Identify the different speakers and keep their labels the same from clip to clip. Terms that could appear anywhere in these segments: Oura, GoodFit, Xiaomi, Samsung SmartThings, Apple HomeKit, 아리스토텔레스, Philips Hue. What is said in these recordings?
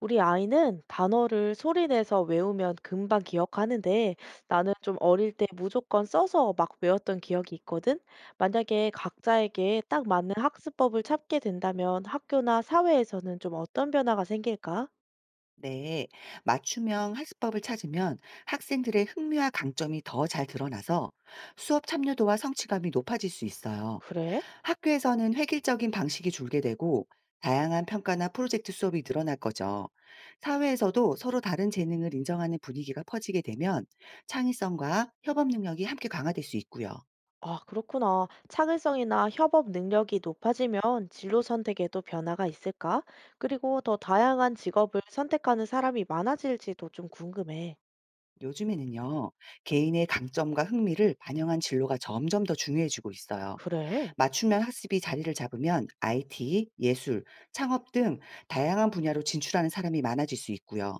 Speaker 1: 우리 아이는 단어를 소리내서 외우면 금방 기억하는데 나는 좀 어릴 때 무조건 써서 막 외웠던 기억이 있거든. 만약에 각자에게 딱 맞는 학습법을 찾게 된다면 학교나 사회에서는 좀 어떤 변화가 생길까?
Speaker 2: 네, 맞춤형 학습법을 찾으면 학생들의 흥미와 강점이 더 잘 드러나서 수업 참여도와 성취감이 높아질 수 있어요.
Speaker 1: 그래?
Speaker 2: 학교에서는 획일적인 방식이 줄게 되고 다양한 평가나 프로젝트 수업이 늘어날 거죠. 사회에서도 서로 다른 재능을 인정하는 분위기가 퍼지게 되면 창의성과 협업 능력이 함께 강화될 수 있고요.
Speaker 1: 아, 그렇구나. 창의성이나 협업 능력이 높아지면 진로 선택에도 변화가 있을까? 그리고 더 다양한 직업을 선택하는 사람이 많아질지도 좀 궁금해.
Speaker 2: 요즘에는요, 개인의 강점과 흥미를 반영한 진로가 점점 더 중요해지고 있어요.
Speaker 1: 그래?
Speaker 2: 맞춤형 학습이 자리를 잡으면 IT, 예술, 창업 등 다양한 분야로 진출하는 사람이 많아질 수 있고요.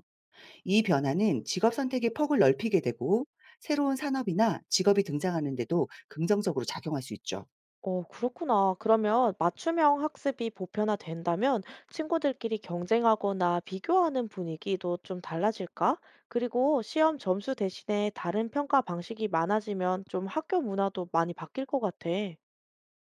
Speaker 2: 이 변화는 직업 선택의 폭을 넓히게 되고 새로운 산업이나 직업이 등장하는데도 긍정적으로 작용할 수 있죠.
Speaker 1: 어, 그렇구나. 그러면 맞춤형 학습이 보편화된다면 친구들끼리 경쟁하거나 비교하는 분위기도 좀 달라질까? 그리고 시험 점수 대신에 다른 평가 방식이 많아지면 좀 학교 문화도 많이 바뀔 것 같아.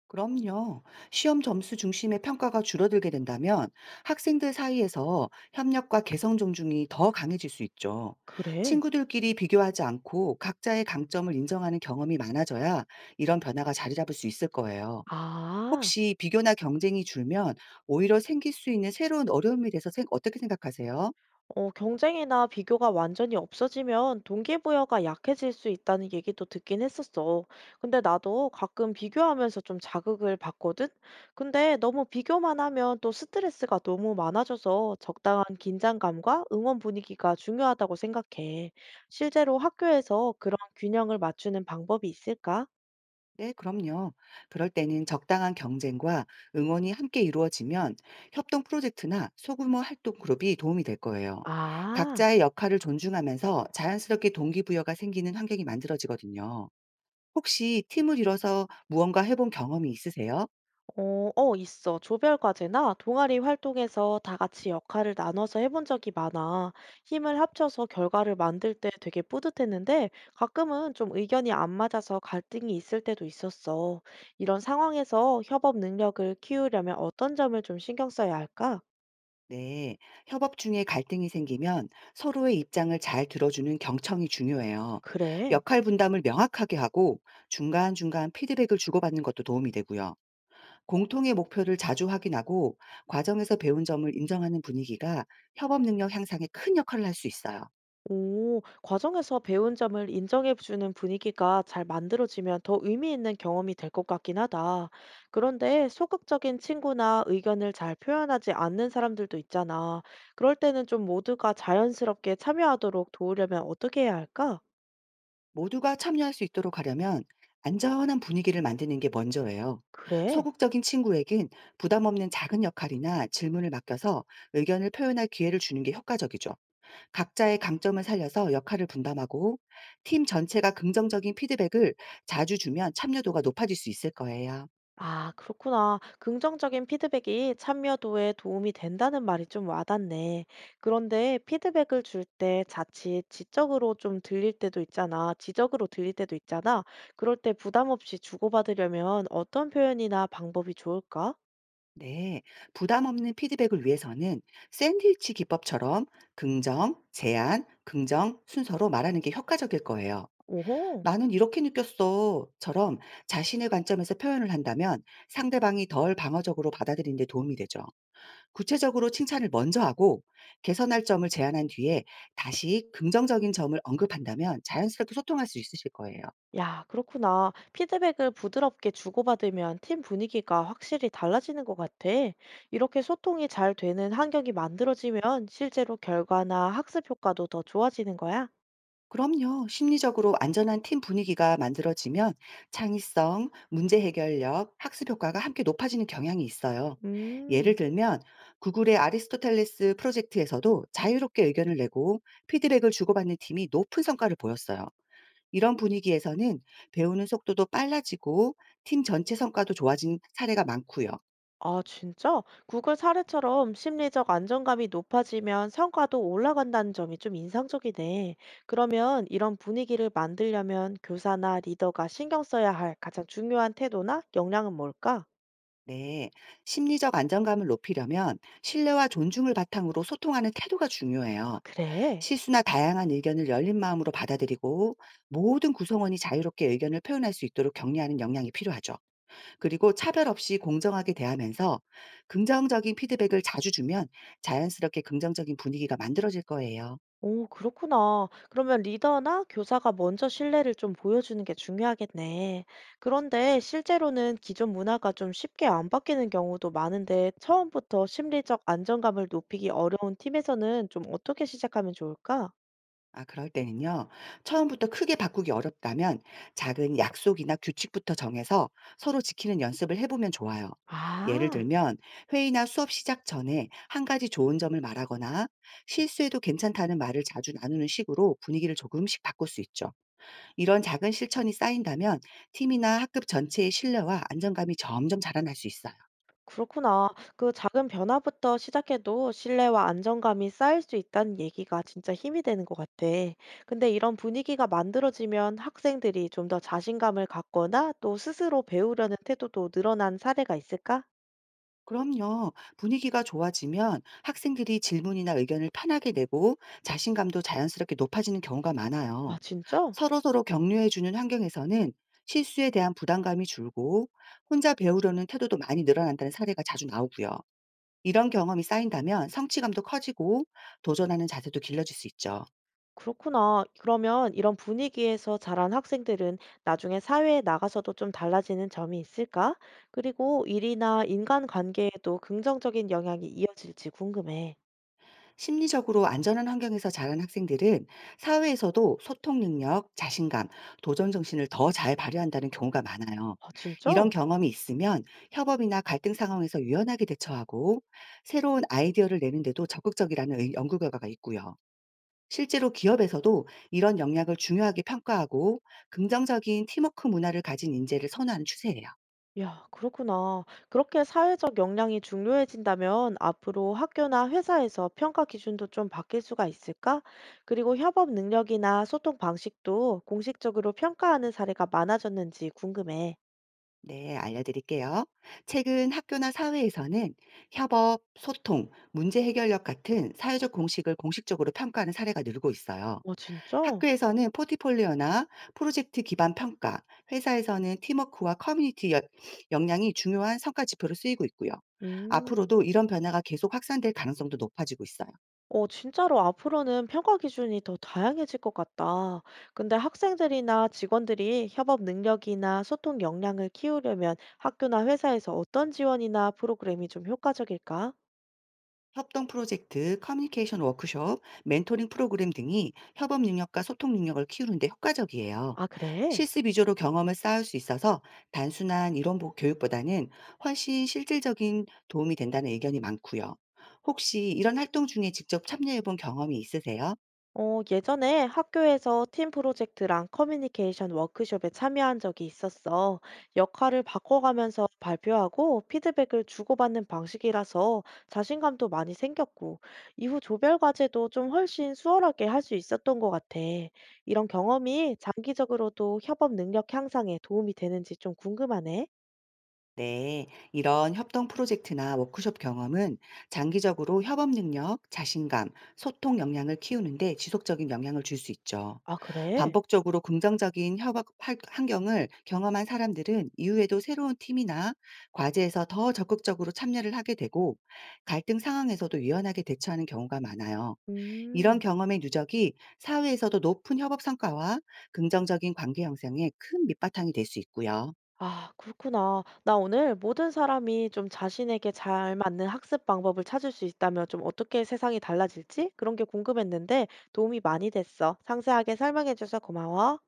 Speaker 2: 그럼요. 시험 점수 중심의 평가가 줄어들게 된다면 학생들 사이에서 협력과 개성 존중이 더 강해질 수 있죠.
Speaker 1: 그래?
Speaker 2: 친구들끼리 비교하지 않고 각자의 강점을 인정하는 경험이 많아져야 이런 변화가 자리 잡을 수 있을 거예요.
Speaker 1: 아.
Speaker 2: 혹시 비교나 경쟁이 줄면 오히려 생길 수 있는 새로운 어려움에 대해서 생 어떻게 생각하세요?
Speaker 1: 어, 경쟁이나 비교가 완전히 없어지면 동기부여가 약해질 수 있다는 얘기도 듣긴 했었어. 근데 나도 가끔 비교하면서 좀 자극을 받거든? 근데 너무 비교만 하면 또 스트레스가 너무 많아져서 적당한 긴장감과 응원 분위기가 중요하다고 생각해. 실제로 학교에서 그런 균형을 맞추는 방법이 있을까?
Speaker 2: 네, 그럼요. 그럴 때는 적당한 경쟁과 응원이 함께 이루어지면 협동 프로젝트나 소규모 활동 그룹이 도움이 될 거예요.
Speaker 1: 아.
Speaker 2: 각자의 역할을 존중하면서 자연스럽게 동기부여가 생기는 환경이 만들어지거든요. 혹시 팀을 이뤄서 무언가 해본 경험이 있으세요?
Speaker 1: 어, 있어. 조별 과제나 동아리 활동에서 다 같이 역할을 나눠서 해본 적이 많아. 힘을 합쳐서 결과를 만들 때 되게 뿌듯했는데 가끔은 좀 의견이 안 맞아서 갈등이 있을 때도 있었어. 이런 상황에서 협업 능력을 키우려면 어떤 점을 좀 신경 써야 할까?
Speaker 2: 네, 협업 중에 갈등이 생기면 서로의 입장을 잘 들어주는 경청이 중요해요.
Speaker 1: 그래.
Speaker 2: 역할 분담을 명확하게 하고 중간중간 피드백을 주고받는 것도 도움이 되고요. 공통의 목표를 자주 확인하고 과정에서 배운 점을 인정하는 분위기가 협업 능력 향상에 큰 역할을 할 수 있어요.
Speaker 1: 오, 과정에서 배운 점을 인정해주는 분위기가 잘 만들어지면 더 의미 있는 경험이 될 것 같긴 하다. 그런데 소극적인 친구나 의견을 잘 표현하지 않는 사람들도 있잖아. 그럴 때는 좀 모두가 자연스럽게 참여하도록 도우려면 어떻게 해야 할까?
Speaker 2: 모두가 참여할 수 있도록 하려면 안전한 분위기를 만드는 게 먼저예요.
Speaker 1: 그래.
Speaker 2: 소극적인 친구에겐 부담 없는 작은 역할이나 질문을 맡겨서 의견을 표현할 기회를 주는 게 효과적이죠. 각자의 강점을 살려서 역할을 분담하고 팀 전체가 긍정적인 피드백을 자주 주면 참여도가 높아질 수 있을 거예요.
Speaker 1: 아, 그렇구나. 긍정적인 피드백이 참여도에 도움이 된다는 말이 좀 와닿네. 그런데 피드백을 줄 때 자칫 지적으로 좀 들릴 때도 있잖아. 지적으로 들릴 때도 있잖아. 그럴 때 부담 없이 주고받으려면 어떤 표현이나 방법이 좋을까?
Speaker 2: 네. 부담 없는 피드백을 위해서는 샌드위치 기법처럼 긍정, 제안, 긍정 순서로 말하는 게 효과적일 거예요.
Speaker 1: 오호.
Speaker 2: "나는 이렇게 느꼈어."처럼 자신의 관점에서 표현을 한다면 상대방이 덜 방어적으로 받아들이는 데 도움이 되죠. 구체적으로 칭찬을 먼저 하고 개선할 점을 제안한 뒤에 다시 긍정적인 점을 언급한다면 자연스럽게 소통할 수 있으실 거예요.
Speaker 1: 야, 그렇구나. 피드백을 부드럽게 주고받으면 팀 분위기가 확실히 달라지는 것 같아. 이렇게 소통이 잘 되는 환경이 만들어지면 실제로 결과나 학습 효과도 더 좋아지는 거야.
Speaker 2: 그럼요. 심리적으로 안전한 팀 분위기가 만들어지면 창의성, 문제 해결력, 학습 효과가 함께 높아지는 경향이 있어요.
Speaker 1: 음,
Speaker 2: 예를 들면 구글의 아리스토텔레스 프로젝트에서도 자유롭게 의견을 내고 피드백을 주고받는 팀이 높은 성과를 보였어요. 이런 분위기에서는 배우는 속도도 빨라지고 팀 전체 성과도 좋아진 사례가 많고요.
Speaker 1: 아, 진짜? 구글 사례처럼 심리적 안정감이 높아지면 성과도 올라간다는 점이 좀 인상적이네. 그러면 이런 분위기를 만들려면 교사나 리더가 신경 써야 할 가장 중요한 태도나 역량은 뭘까?
Speaker 2: 네, 심리적 안정감을 높이려면 신뢰와 존중을 바탕으로 소통하는 태도가
Speaker 1: 아,
Speaker 2: 중요해요.
Speaker 1: 그래.
Speaker 2: 실수나 다양한 의견을 열린 마음으로 받아들이고 모든 구성원이 자유롭게 의견을 표현할 수 있도록 격려하는 역량이 필요하죠. 그리고 차별 없이 공정하게 대하면서 긍정적인 피드백을 자주 주면 자연스럽게 긍정적인 분위기가 만들어질 거예요.
Speaker 1: 오, 그렇구나. 그러면 리더나 교사가 먼저 신뢰를 좀 보여주는 게 중요하겠네. 그런데 실제로는 기존 문화가 좀 쉽게 안 바뀌는 경우도 많은데 처음부터 심리적 안정감을 높이기 어려운 팀에서는 좀 어떻게 시작하면 좋을까?
Speaker 2: 아, 그럴 때는요, 처음부터 크게 바꾸기 어렵다면 작은 약속이나 규칙부터 정해서 서로 지키는 연습을 해 보면 좋아요. 예를
Speaker 1: 아.
Speaker 2: 들면 회의나 수업 시작 전에 한 가지 좋은 점을 말하거나 실수해도 괜찮다는 말을 자주 나누는 식으로 분위기를 조금씩 바꿀 수 있죠. 이런 작은 실천이 쌓인다면 팀이나 학급 전체의 신뢰와 안정감이 점점 자라날 수 있어요.
Speaker 1: 그렇구나. 그 작은 변화부터 시작해도 신뢰와 안정감이 쌓일 수 있다는 얘기가 진짜 힘이 되는 것 같아. 근데 이런 분위기가 만들어지면 학생들이 좀 더 자신감을 갖거나 또 스스로 배우려는 태도도 늘어난 사례가 있을까?
Speaker 2: 그럼요. 분위기가 좋아지면 학생들이 질문이나 의견을 편하게 내고 자신감도 자연스럽게 높아지는 경우가
Speaker 1: 아,
Speaker 2: 많아요.
Speaker 1: 진짜?
Speaker 2: 서로서로 격려해주는 환경에서는 실수에 대한 부담감이 줄고 혼자 배우려는 태도도 많이 늘어난다는 사례가 자주 나오고요. 이런 경험이 쌓인다면 성취감도 커지고 도전하는 자세도 길러질 수 있죠.
Speaker 1: 그렇구나. 그러면 이런 분위기에서 자란 학생들은 나중에 사회에 나가서도 좀 달라지는 점이 있을까? 그리고 일이나 인간관계에도 긍정적인 영향이 이어질지 궁금해.
Speaker 2: 심리적으로 안전한 환경에서 자란 학생들은 사회에서도 소통 능력, 자신감, 도전 정신을 더 잘 발휘한다는 경우가 많아요.
Speaker 1: 아, 진짜?
Speaker 2: 이런 경험이 있으면 협업이나 갈등 상황에서 유연하게 대처하고 새로운 아이디어를 내는데도 적극적이라는 연구 결과가 있고요. 실제로 기업에서도 이런 역량을 중요하게 평가하고 긍정적인 팀워크 문화를 가진 인재를 선호하는 추세예요.
Speaker 1: 야, 그렇구나. 그렇게 사회적 역량이 중요해진다면 앞으로 학교나 회사에서 평가 기준도 좀 바뀔 수가 있을까? 그리고 협업 능력이나 소통 방식도 공식적으로 평가하는 사례가 많아졌는지 궁금해.
Speaker 2: 네, 알려드릴게요. 최근 학교나 사회에서는 협업, 소통, 문제 해결력 같은 사회적 공식을 공식적으로 평가하는 사례가 늘고 있어요.
Speaker 1: 어, 진짜?
Speaker 2: 학교에서는 포트폴리오나 프로젝트 기반 평가, 회사에서는 팀워크와 역량이 중요한 성과 지표로 쓰이고 있고요.
Speaker 1: 음.
Speaker 2: 앞으로도 이런 변화가 계속 확산될 가능성도 높아지고 있어요.
Speaker 1: 어, 진짜로 앞으로는 평가 기준이 더 다양해질 것 같다. 근데 학생들이나 직원들이 협업 능력이나 소통 역량을 키우려면 학교나 회사에서 어떤 지원이나 프로그램이 좀 효과적일까?
Speaker 2: 협동 프로젝트, 커뮤니케이션 워크숍, 멘토링 프로그램 등이 협업 능력과 소통 능력을 키우는데 효과적이에요.
Speaker 1: 아, 그래?
Speaker 2: 실습 위주로 경험을 쌓을 수 있어서 단순한 교육보다는 훨씬 실질적인 도움이 된다는 의견이 많고요. 혹시 이런 활동 중에 직접 참여해본 경험이 있으세요?
Speaker 1: 어, 예전에 학교에서 팀 프로젝트랑 커뮤니케이션 워크숍에 참여한 적이 있었어. 역할을 바꿔가면서 발표하고 피드백을 주고받는 방식이라서 자신감도 많이 생겼고, 이후 조별 과제도 좀 훨씬 수월하게 할 수 있었던 것 같아. 이런 경험이 장기적으로도 협업 능력 향상에 도움이 되는지 좀 궁금하네.
Speaker 2: 네, 이런 협동 프로젝트나 워크숍 경험은 장기적으로 협업 능력, 자신감, 소통 역량을 키우는데 지속적인 영향을 줄 수 있죠.
Speaker 1: 아, 그래?
Speaker 2: 반복적으로 긍정적인 환경을 경험한 사람들은 이후에도 새로운 팀이나 과제에서 더 적극적으로 참여를 하게 되고 갈등 상황에서도 유연하게 대처하는 경우가 많아요. 이런
Speaker 1: 음.
Speaker 2: 경험의 누적이 사회에서도 높은 협업 성과와 긍정적인 관계 형성에 큰 밑바탕이 될 수 있고요.
Speaker 1: 아, 그렇구나. 나 오늘 모든 사람이 좀 자신에게 잘 맞는 학습 방법을 찾을 수 있다면 좀 어떻게 세상이 달라질지 그런 게 궁금했는데 도움이 많이 됐어. 상세하게 설명해줘서 고마워.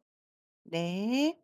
Speaker 2: 네.